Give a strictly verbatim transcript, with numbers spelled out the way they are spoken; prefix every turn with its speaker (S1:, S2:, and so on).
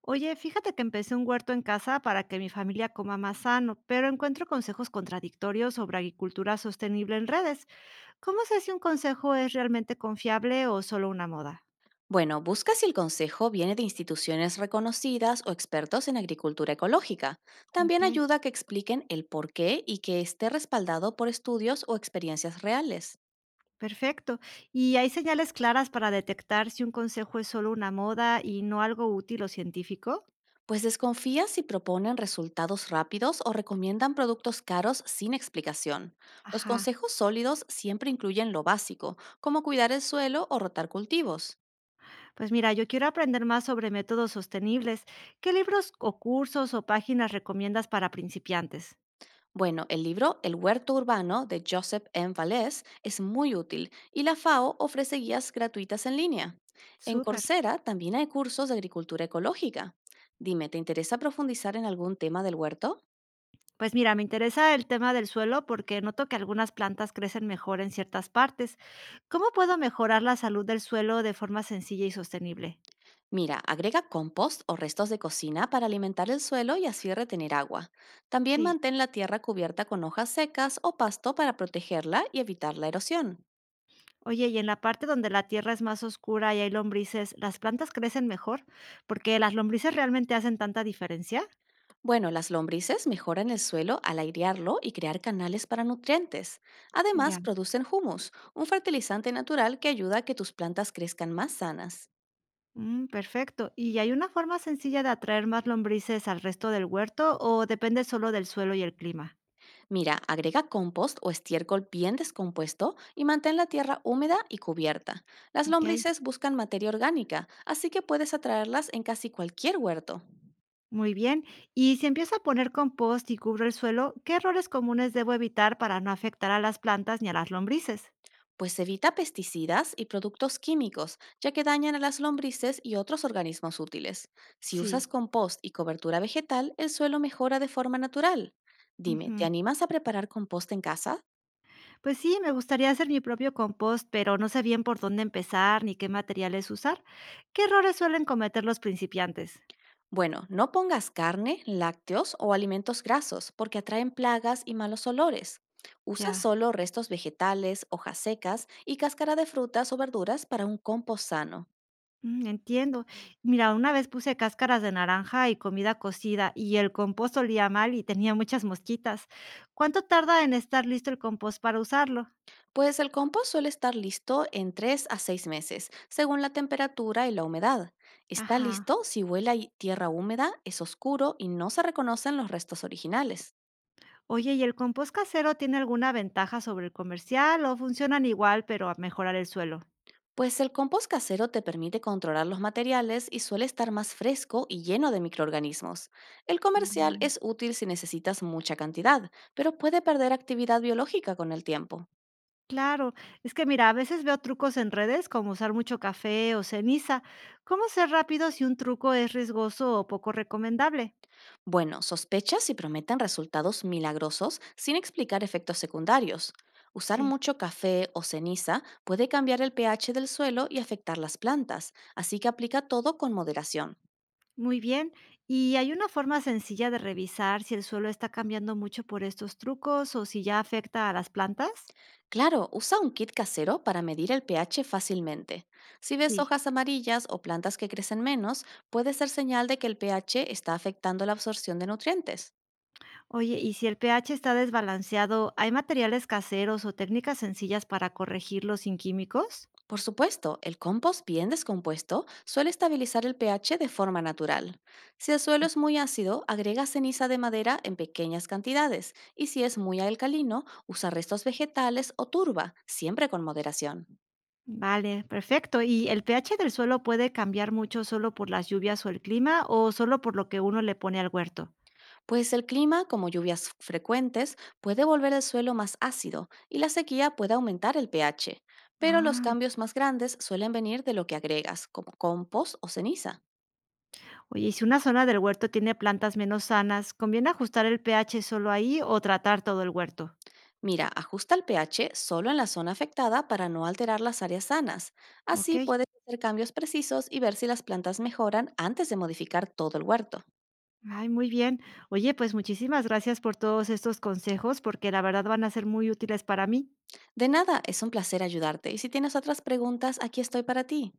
S1: Oye, fíjate que empecé un huerto en casa para que mi familia coma más sano, pero encuentro consejos contradictorios sobre agricultura sostenible en redes. ¿Cómo sé si un consejo es realmente confiable o solo una moda?
S2: Bueno, busca si el consejo viene de instituciones reconocidas o expertos en agricultura ecológica.
S1: Ok,
S2: También ayuda a que expliquen el por qué y que esté respaldado por estudios o experiencias reales.
S1: perfecto. ¿Y hay señales claras para detectar si un consejo es solo una moda y no algo útil o científico?
S2: Pues desconfía si proponen resultados rápidos o recomiendan productos caros sin explicación. Los
S1: Ajá.
S2: consejos sólidos siempre incluyen lo básico, como cuidar el suelo o rotar cultivos.
S1: Pues mira, yo quiero aprender más sobre métodos sostenibles. ¿Qué libros o cursos o páginas recomiendas para principiantes?
S2: Bueno, el libro El huerto urbano de Joseph M. Vallès es muy útil y la FAO ofrece guías gratuitas en línea. En
S1: Súper.
S2: Coursera también hay cursos de agricultura ecológica. Dime, ¿te interesa profundizar en algún tema del huerto?
S1: Pues mira, me interesa el tema del suelo porque noto que algunas plantas crecen mejor en ciertas partes. ¿Cómo puedo mejorar la salud del suelo de forma sencilla y sostenible?
S2: Mira, agrega compost o restos de cocina para alimentar el suelo y así retener agua. También
S1: Sí.
S2: mantén la tierra cubierta con hojas secas o pasto para protegerla y evitar la erosión.
S1: Oye, y en la parte donde la tierra es más oscura y hay lombrices, ¿las plantas crecen mejor? Porque las lombrices realmente hacen tanta diferencia.
S2: Bueno, las lombrices mejoran el suelo al airearlo y crear canales para nutrientes. Además,
S1: Ya.
S2: producen humus, un fertilizante natural que ayuda a que tus plantas crezcan más sanas.
S1: Mm, perfecto. ¿Y hay una forma sencilla de atraer más lombrices al resto del huerto o depende solo del suelo y el clima?
S2: Mira, agrega compost o estiércol bien descompuesto y mantén la tierra húmeda y cubierta. Las
S1: Ok.
S2: lombrices buscan materia orgánica, así que puedes atraerlas en casi cualquier huerto.
S1: Muy bien. Y si empiezo a poner compost y cubro el suelo, ¿qué errores comunes debo evitar para no afectar a las plantas ni a las lombrices?
S2: Pues evita pesticidas y productos químicos, ya que dañan a las lombrices y otros organismos útiles. Si usas
S1: Sí.
S2: compost y cobertura vegetal, el suelo mejora de forma natural. Dime, ¿te
S1: Ujú.
S2: animas a preparar compost en casa?
S1: Pues sí, me gustaría hacer mi propio compost, pero no sé bien por dónde empezar ni qué materiales usar. ¿Qué errores suelen cometer los principiantes?
S2: Bueno, no pongas carne, lácteos o alimentos grasos, porque atraen plagas y malos olores. Usa
S1: Ya,
S2: solo restos vegetales, hojas secas y cáscara de frutas o verduras para un compost sano.
S1: mm, entiendo. Mira, una vez puse cáscaras de naranja y comida cocida y el compost olía mal y tenía muchas mosquitas. ¿Cuánto tarda en estar listo el compost para usarlo?
S2: Pues el compost suele estar listo en tres a seis meses, según la temperatura y la humedad. Está
S1: Ajá.
S2: listo si huele a hi- tierra húmeda, es oscuro y no se reconocen los restos originales.
S1: Oye, ¿y el compost casero tiene alguna ventaja sobre el comercial o funcionan igual, pero a mejorar el suelo?
S2: Pues el compost casero te permite controlar los materiales y suele estar más fresco y lleno de microorganismos. El comercial
S1: Vale.
S2: es útil si necesitas mucha cantidad, pero puede perder actividad biológica con el tiempo.
S1: Claro, es que mira, a veces veo trucos en redes como usar mucho café o ceniza. ¿Cómo ser rápido si un truco es riesgoso o poco recomendable?
S2: Bueno, sospechas y prometen resultados milagrosos sin explicar efectos secundarios. Usar
S1: Sí.
S2: mucho café o ceniza puede cambiar el pe hache del suelo y afectar las plantas, así que aplica todo con moderación.
S1: Muy bien. ¿Y hay una forma sencilla de revisar si el suelo está cambiando mucho por estos trucos o si ya afecta a las plantas?
S2: Claro, usa un kit casero para medir el pe hache fácilmente. Si ves
S1: Sí.
S2: hojas amarillas o plantas que crecen menos, puede ser señal de que el pe hache está afectando la absorción de nutrientes.
S1: Oye, y si el pH está desbalanceado, ¿hay materiales caseros o técnicas sencillas para corregirlo sin químicos?
S2: Por supuesto, el compost bien descompuesto suele estabilizar el pe hache de forma natural. Si el suelo es muy ácido, agrega ceniza de madera en pequeñas cantidades y si es muy alcalino, usa restos vegetales o turba, siempre con moderación.
S1: Vale, perfecto. ¿Y el pH del suelo puede cambiar mucho solo por las lluvias o el clima o solo por lo que uno le pone al huerto?
S2: Pues el clima, como lluvias frecuentes, puede volver el suelo más ácido y la sequía puede aumentar el pe hache, pero los
S1: Ah,
S2: cambios más grandes suelen venir de lo que agregas, como compost o ceniza.
S1: oye, y si una zona del huerto tiene plantas menos sanas, ¿conviene ajustar el pH solo ahí o tratar todo el huerto?
S2: Mira, ajusta el pe hache solo en la zona afectada para no alterar las áreas sanas.
S1: Ok,
S2: Así puedes hacer cambios precisos y ver si las plantas mejoran antes de modificar todo el huerto.
S1: ay, muy bien. Oye, pues muchísimas gracias por todos estos consejos porque la verdad van a ser muy útiles para mí.
S2: De nada, es un placer ayudarte y si tienes otras preguntas, aquí estoy para ti.